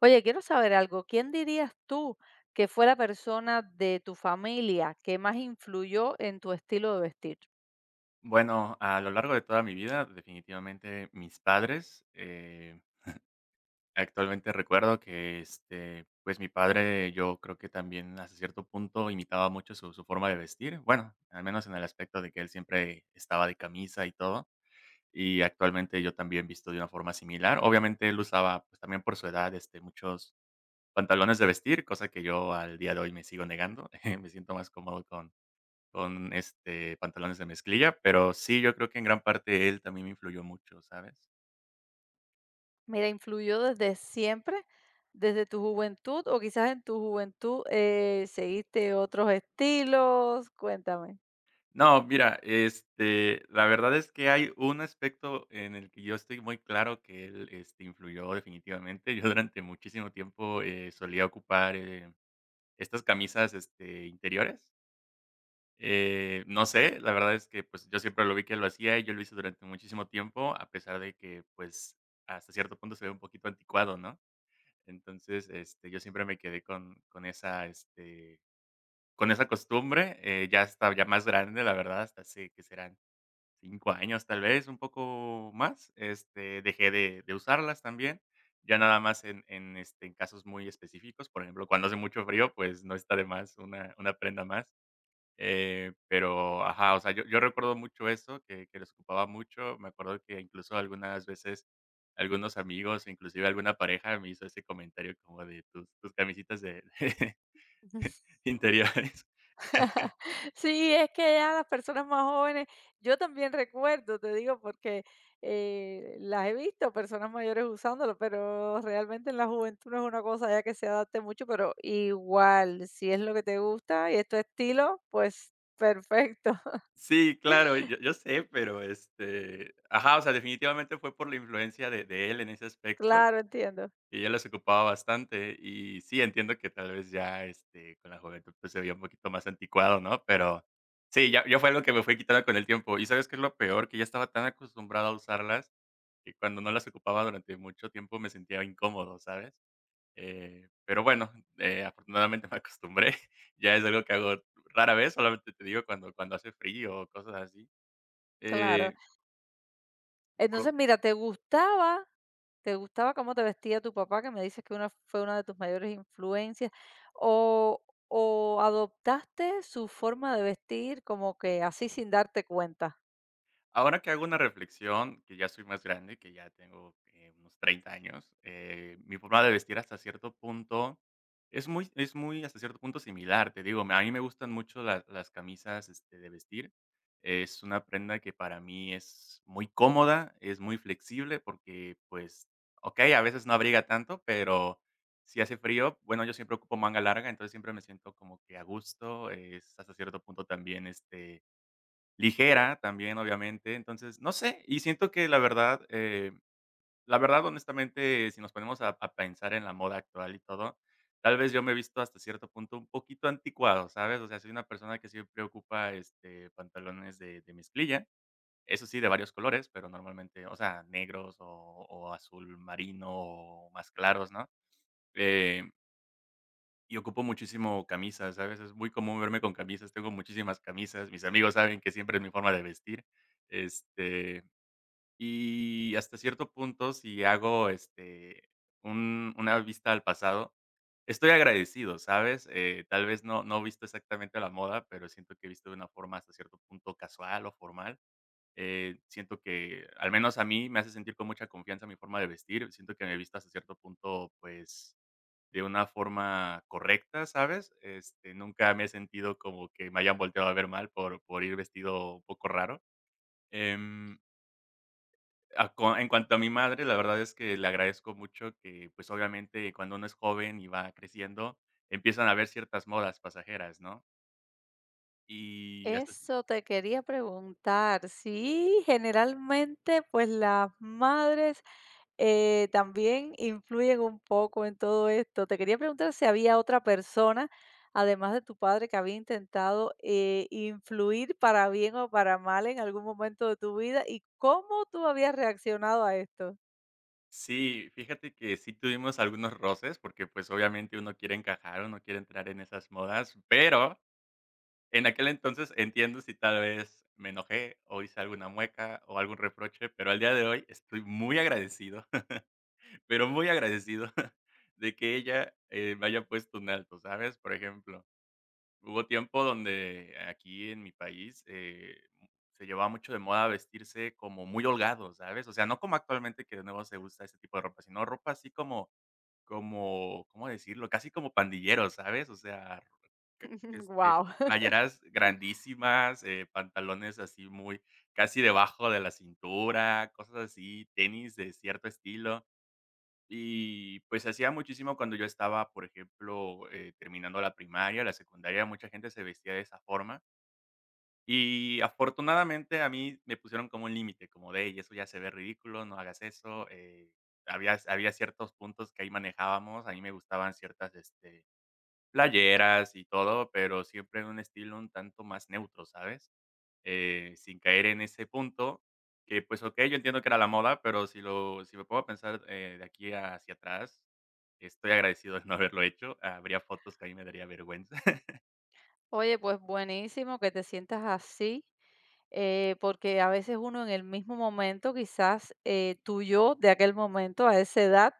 Oye, quiero saber algo. ¿Quién dirías tú que fue la persona de tu familia que más influyó en tu estilo de vestir? Bueno, a lo largo de toda mi vida, definitivamente mis padres. Actualmente recuerdo que, pues mi padre, yo creo que también hasta cierto punto imitaba mucho su forma de vestir. Bueno, al menos en el aspecto de que él siempre estaba de camisa y todo. Y actualmente yo también visto de una forma similar. Obviamente él usaba, pues también por su edad, muchos pantalones de vestir, cosa que yo al día de hoy me sigo negando. Me siento más cómodo con, pantalones de mezclilla, pero sí, yo creo que en gran parte él también me influyó mucho, ¿sabes? Mira, influyó desde siempre, desde tu juventud, o quizás en tu juventud seguiste otros estilos. Cuéntame. No, mira, la verdad es que hay un aspecto en el que yo estoy muy claro que él, influyó definitivamente. Yo durante muchísimo tiempo, solía ocupar, estas camisas, interiores. No sé, la verdad es que, pues, yo siempre lo vi que lo hacía y yo lo hice durante muchísimo tiempo, a pesar de que, pues, hasta cierto punto se ve un poquito anticuado, ¿no? Entonces, yo siempre me quedé con esa, con esa costumbre, ya estaba ya más grande, la verdad, hasta hace, ¿que serán? 5 años, tal vez, un poco más, dejé de usarlas también, ya nada más en casos muy específicos, por ejemplo, cuando hace mucho frío, pues, no está de más una prenda más. Pero, ajá, o sea, yo recuerdo mucho eso, que los ocupaba mucho. Me acuerdo que incluso algunas veces algunos amigos, inclusive alguna pareja, me hizo ese comentario como de tus camisitas de interiores. Sí, es que ya las personas más jóvenes, yo también recuerdo, te digo, porque las he visto personas mayores usándolo, pero realmente en la juventud no es una cosa ya que se adapte mucho, pero igual, si es lo que te gusta y es tu estilo, pues perfecto. Sí, claro, yo sé, pero, ajá, o sea, definitivamente fue por la influencia de él en ese aspecto. Claro, entiendo. Y ella las ocupaba bastante, y sí, entiendo que tal vez ya, con la juventud, pues, se veía un poquito más anticuado, ¿no? Pero sí, ya fue algo que me fue quitando con el tiempo. ¿Y sabes qué es lo peor? Que ya estaba tan acostumbrado a usarlas, que cuando no las ocupaba durante mucho tiempo me sentía incómodo, ¿sabes? Pero bueno, afortunadamente me acostumbré. Ya es algo que hago rara vez, solamente te digo cuando hace frío o cosas así. Claro. Eh, por Entonces, mira, ¿te gustaba cómo te vestía tu papá? Que me dices que una fue una de tus mayores influencias, o o adoptaste su forma de vestir como que así sin darte cuenta. Ahora que hago una reflexión, que ya soy más grande, que ya tengo unos 30 años, mi forma de vestir hasta cierto punto es muy hasta cierto punto similar. Te digo, a mí me gustan mucho las camisas de vestir. Es una prenda que para mí es muy cómoda, es muy flexible porque, pues, ok, a veces no abriga tanto, pero si hace frío, bueno, yo siempre ocupo manga larga, entonces siempre me siento como que a gusto. Es hasta cierto punto también, ligera también, obviamente. Entonces, no sé, y siento que la verdad, honestamente, si nos ponemos a pensar en la moda actual y todo, tal vez yo me he visto hasta cierto punto un poquito anticuado, ¿sabes? O sea, soy una persona que siempre ocupa, pantalones de mezclilla, eso sí, de varios colores, pero normalmente, o sea, negros o azul marino o más claros, ¿no? Eh y ocupo muchísimo camisas, ¿sabes? Es muy común verme con camisas, tengo muchísimas camisas, mis amigos saben que siempre es mi forma de vestir, este, y hasta cierto punto, si hago, un una vista al pasado, estoy agradecido, ¿sabes? Tal vez no he visto exactamente la moda, pero siento que he visto de una forma hasta cierto punto casual o formal, siento que, al menos a mí, me hace sentir con mucha confianza mi forma de vestir, siento que me he visto hasta cierto punto, pues de una forma correcta, ¿sabes? Nunca me he sentido como que me hayan volteado a ver mal por ir vestido un poco raro. Em, a co en cuanto a mi madre, la verdad es que le agradezco mucho que, pues, obviamente, cuando uno es joven y va creciendo, empiezan a haber ciertas modas pasajeras, ¿no? Y hasta s Eso te quería preguntar. Sí, generalmente, pues, las madres también influyen un poco en todo esto. Te quería preguntar si había otra persona, además de tu padre, que había intentado influir para bien o para mal en algún momento de tu vida y cómo tú habías reaccionado a esto. sí, fíjate que sí tuvimos algunos roces porque, pues, obviamente uno quiere encajar, uno quiere entrar en esas modas, pero en aquel entonces entiendo si tal vez me enojé o hice alguna mueca o algún reproche, pero al día de hoy estoy muy agradecido, pero muy agradecido. De que ella, me haya puesto un alto, ¿sabes? Por ejemplo, hubo tiempo donde aquí en mi país, se llevaba mucho de moda vestirse como muy holgado, ¿sabes? O sea, no como actualmente que de nuevo se usa ese tipo de ropa, sino ropa así como como, ¿cómo decirlo? Casi como pandillero, ¿sabes? O sea, que Wow. playeras grandísimas, pantalones así muy casi debajo de la cintura, cosas así, tenis de cierto estilo. Y, pues, hacía muchísimo cuando yo estaba, por ejemplo, terminando la primaria, la secundaria, mucha gente se vestía de esa forma. Y afortunadamente a mí me pusieron como un límite, como de: "Y eso ya se ve ridículo, no hagas eso". Había ciertos puntos que ahí manejábamos, a mí me gustaban ciertas, playeras y todo, pero siempre en un estilo un tanto más neutro, ¿sabes? Sin caer en ese punto que, pues, okey, yo entiendo que era la moda, pero si me puedo pensar, de aquí hacia atrás, estoy agradecido de no haberlo hecho. Habría fotos que a mí me daría vergüenza. Oye, pues buenísimo que te sientas así. Porque a veces uno en el mismo momento, quizás tu yo de aquel momento, a esa edad,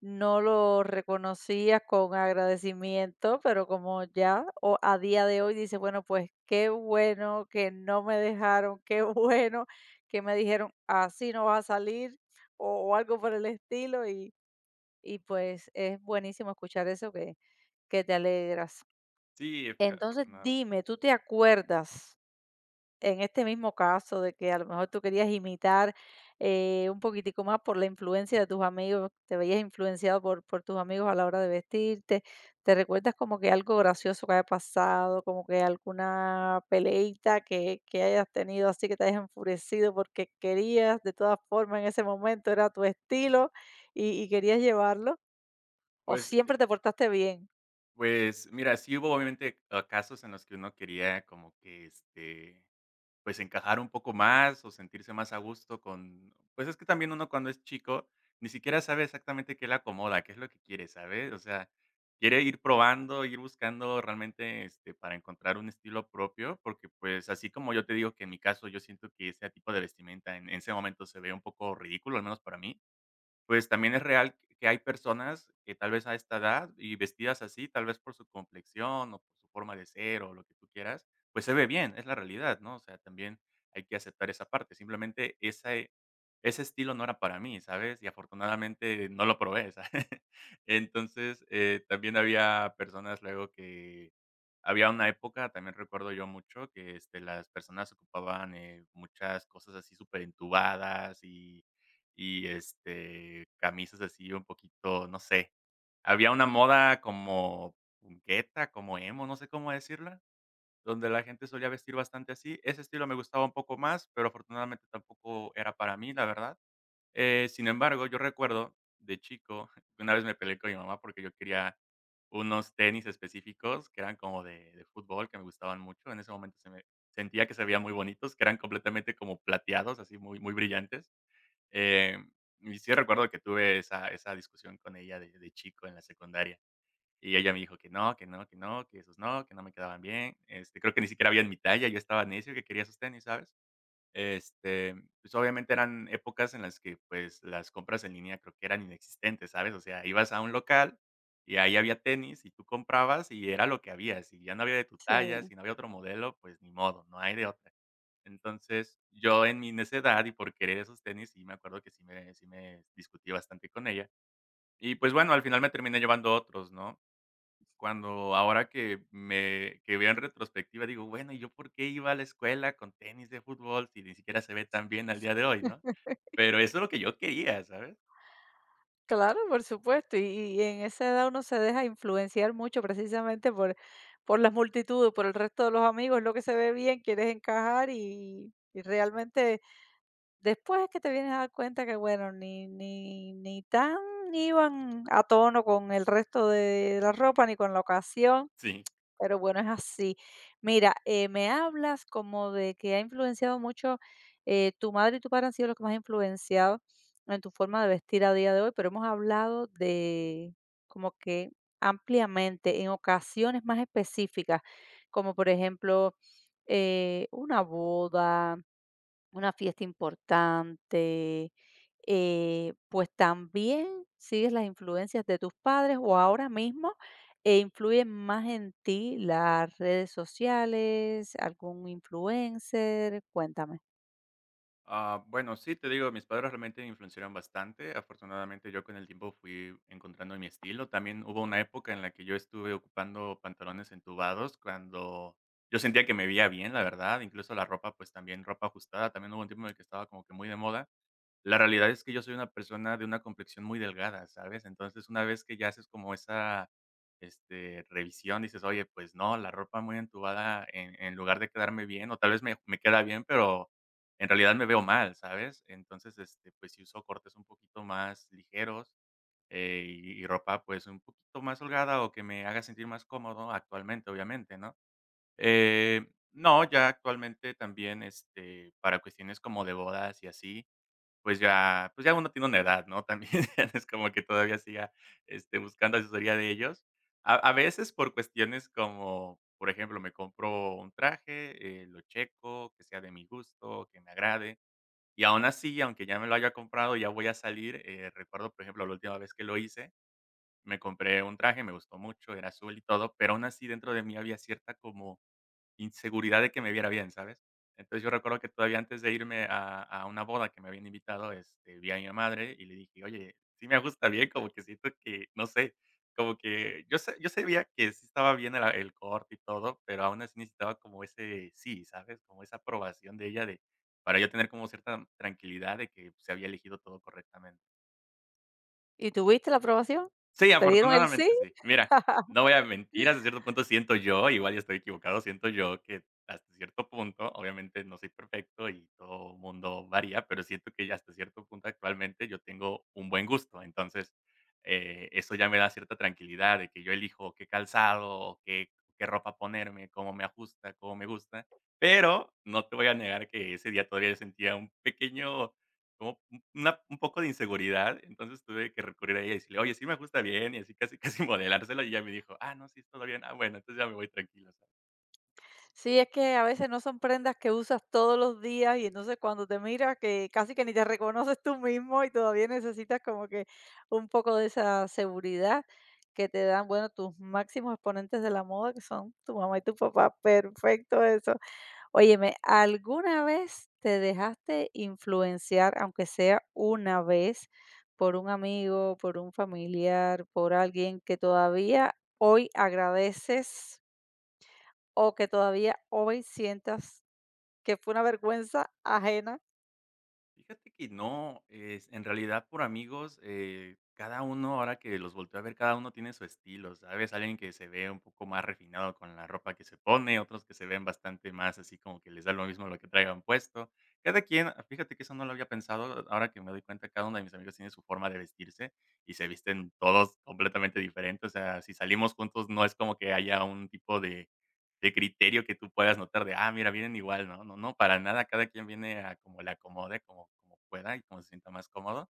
no lo reconocías con agradecimiento, pero como ya o a día de hoy dices, bueno, pues qué bueno que no me dejaron, qué bueno que me dijeron, así no vas a salir o algo por el estilo y pues es buenísimo escuchar eso que te alegras. Sí, Entonces afortunadamente. dime, ¿tú te acuerdas en este mismo caso de que a lo mejor tú querías imitar un poquitico más por la influencia de tus amigos, te veías influenciado por tus amigos a la hora de vestirte, te recuerdas como que algo gracioso que haya pasado, como que alguna peleita que hayas tenido así que te hayas enfurecido porque querías, de todas formas en ese momento era tu estilo y querías llevarlo, o Pues siempre te portaste bien? pues, mira, sí hubo obviamente, casos en los que uno quería como que, pues, encajar un poco más o sentirse más a gusto con pues, es que también uno cuando es chico ni siquiera sabe exactamente qué le acomoda, qué es lo que quiere, ¿sabes? O sea, quiere ir probando, ir buscando realmente, para encontrar un estilo propio, porque, pues, así como yo te digo que en mi caso yo siento que ese tipo de vestimenta en ese momento se ve un poco ridículo, al menos para mí. Pues, también es real que hay personas que tal vez a esta edad y vestidas así, tal vez por su complexión o por su forma de ser o lo que tú quieras, pues, se ve bien, es la realidad, ¿no? O sea, también hay que aceptar esa parte. Simplemente ese estilo no era para mí, ¿sabes? Y afortunadamente no lo probé, ¿sabes? Entonces, también había personas luego que había una época, también recuerdo yo mucho, que, las personas ocupaban, muchas cosas así superentubadas y, camisas así un poquito, no sé, había una moda como punqueta, como emo, no sé cómo decirla, donde la gente solía vestir bastante así. Ese estilo me gustaba un poco más, pero afortunadamente tampoco era para mí, la verdad. Sin embargo, yo recuerdo de chico, una vez me peleé con mi mamá porque yo quería unos tenis específicos que eran como de fútbol, que me gustaban mucho. En ese momento se me sentía que se veían muy bonitos, que eran completamente como plateados, así muy brillantes. Eh, y sí recuerdo que tuve esa discusión con ella de chico en la secundaria, y ella me dijo que no, que no, que no, que esos no, que no me quedaban bien, creo que ni siquiera había en mi talla, yo estaba necio que quería esos tenis, ¿sabes? Este, pues, obviamente eran épocas en las que, pues, las compras en línea creo que eran inexistentes, ¿sabes? O sea, ibas a un local y ahí había tenis y tú comprabas y era lo que había. Si ya no había de tu talla, Sí. si no había otro modelo, pues ni modo, no hay de otra. Entonces, yo en mi necedad y por querer esos tenis, sí me acuerdo que sí me discutí bastante con ella. Y, pues, bueno, al final me terminé llevando otros, ¿no? Cuando ahora que me que veo en retrospectiva, digo: "Bueno, ¿y yo por qué iba a la escuela con tenis de fútbol si ni siquiera se ve tan bien al día de hoy?", ¿no? Pero eso es lo que yo quería, ¿sabes? Claro, por supuesto, y en esa edad uno se deja influenciar mucho precisamente por las multitudes, por el resto de los amigos, lo que se ve bien, quieres encajar y realmente después es que te vienes a dar cuenta que, bueno, ni tan iban a tono con el resto de la ropa, ni con la ocasión. Sí. Pero bueno, es así. Mira, me hablas como de que ha influenciado mucho, tu madre y tu padre han sido los que más han influenciado en tu forma de vestir a día de hoy, pero hemos hablado de como que ampliamente, en ocasiones más específicas, como por ejemplo, una boda, una fiesta importante, pues también sigues las influencias de tus padres o ahora mismo, influyen más en ti las redes sociales, algún influencer. Cuéntame. Bueno, sí, te digo, mis padres realmente me influenciaron bastante. Afortunadamente, yo con el tiempo fui encontrando mi estilo. También hubo una época en la que yo estuve ocupando pantalones entubados cuando yo sentía que me veía bien, la verdad. Incluso la ropa, pues, también ropa ajustada. También hubo un tiempo en el que estaba como que muy de moda. La realidad es que yo soy una persona de una complexión muy delgada, ¿sabes? Entonces, una vez que ya haces como esa, revisión, dices: "Oye, pues no, la ropa muy entubada en lugar de quedarme bien, o tal vez me queda bien, pero en realidad me veo mal", ¿sabes? Entonces, pues si uso cortes un poquito más ligeros, y ropa, pues, un poquito más holgada o que me haga sentir más cómodo actualmente, obviamente, ¿no? No, ya actualmente también, para cuestiones como de bodas y así, pues ya uno tiene una edad, ¿no? También es como que todavía siga, buscando asesoría de ellos. A veces por cuestiones como, por ejemplo, me compro un traje, lo checo, que sea de mi gusto, que me agrade, y aún así, aunque ya me lo haya comprado, ya voy a salir, recuerdo, por ejemplo, la última vez que lo hice, me compré un traje, me gustó mucho, era azul y todo, pero aún así dentro de mí había cierta como inseguridad de que me viera bien, ¿sabes? Entonces, yo recuerdo que todavía antes de irme a una boda que me habían invitado, vi a mi madre y le dije: "Oye, sí me ajusta bien", como que siento que, no sé, como que yo sabía que sí estaba bien el corte y todo, pero aún así necesitaba como ese sí, ¿sabes? Como esa aprobación de ella de para yo tener como cierta tranquilidad de que se había elegido todo correctamente. ¿Y tuviste la aprobación? Sí, ¿Te dieron el sí? afortunadamente sí. Mira, no voy a mentir, hasta cierto punto siento yo, igual ya estoy equivocado, siento yo que hasta cierto punto, obviamente no soy perfecto y todo mundo varía, pero siento que ya hasta cierto punto actualmente yo tengo un buen gusto. Entonces, eso ya me da cierta tranquilidad de que yo elijo qué calzado o qué, qué ropa ponerme, cómo me ajusta, cómo me gusta. Pero no te voy a negar que ese día todavía sentía un pequeño, ¿cómo una un poco de inseguridad? Entonces tuve que recurrir a ella y decirle: "Oye, sí me ajusta bien", y así casi, casi modelárselo, y ella me dijo: "Ah, no, sí, todo bien. Ah, bueno, entonces ya me voy tranquila". Sí, es que a veces no son prendas que usas todos los días y entonces cuando te miras que casi que ni te reconoces tú mismo y todavía necesitas como que un poco de esa seguridad que te dan, bueno, tus máximos exponentes de la moda, que son tu mamá y tu papá. Perfecto eso. Óyeme, ¿alguna vez te dejaste influenciar, aunque sea una vez, por un amigo, por un familiar, por alguien que todavía hoy agradeces? O que todavía hoy sientas que fue una vergüenza ajena. Fíjate que no, es en realidad por amigos, cada uno, ahora que los volteo a ver, cada uno tiene su estilo, ¿sabes? Alguien que se ve un poco más refinado con la ropa que se pone, otros que se ven bastante más así como que les da lo mismo lo que traigan puesto. Cada quien, ah, fíjate que eso no lo había pensado, ahora que me doy cuenta, cada uno de mis amigos tiene su forma de vestirse y se visten todos completamente diferentes, o sea, si salimos juntos no es como que haya un tipo de criterio que tú puedas notar de, ah, mira, vienen igual, ¿no? No, no, para nada, cada quien viene a como le acomode, como, como pueda y como se sienta más cómodo.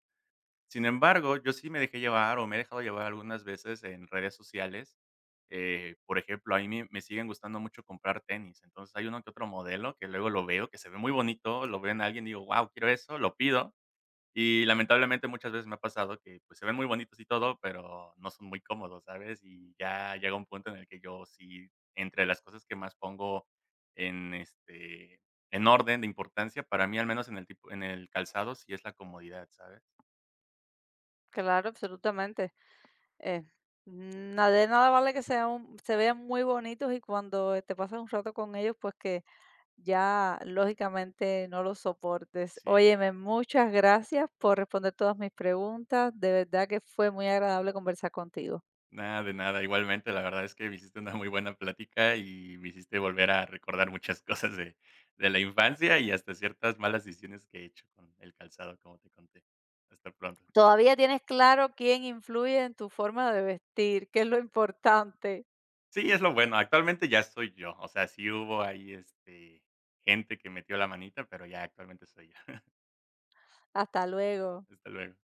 Sin embargo, yo sí me dejé llevar o me he dejado llevar algunas veces en redes sociales. Por ejemplo, a me siguen gustando mucho comprar tenis. Entonces hay uno que otro modelo que luego lo veo, que se ve muy bonito, lo veo en alguien, digo, wow, quiero eso, lo pido y lamentablemente muchas veces me ha pasado que, pues, se ven muy bonitos y todo, pero no son muy cómodos, ¿sabes? Y ya llega un punto en el que yo sí, entre las cosas que más pongo en, en orden de importancia, para mí, al menos en el tipo en el calzado, sí es la comodidad, ¿sabes? Claro, absolutamente. Eh, mm, na de nada vale que sea un se vean muy bonitos y cuando te pasas un rato con ellos, pues que ya lógicamente no los soportes. Sí. Óyeme, muchas gracias por responder todas mis preguntas. De verdad que fue muy agradable conversar contigo. Nada, de nada. Igualmente, la verdad es que me hiciste una muy buena plática y me hiciste volver a recordar muchas cosas de la infancia y hasta ciertas malas decisiones que he hecho con el calzado, como te conté. Hasta pronto. Todavía tienes claro quién influye en tu forma de vestir. ¿Qué es lo importante? Sí, es lo bueno. Actualmente ya soy yo. O sea, sí hubo ahí, gente que metió la manita, pero ya actualmente soy yo. Hasta luego. Hasta luego.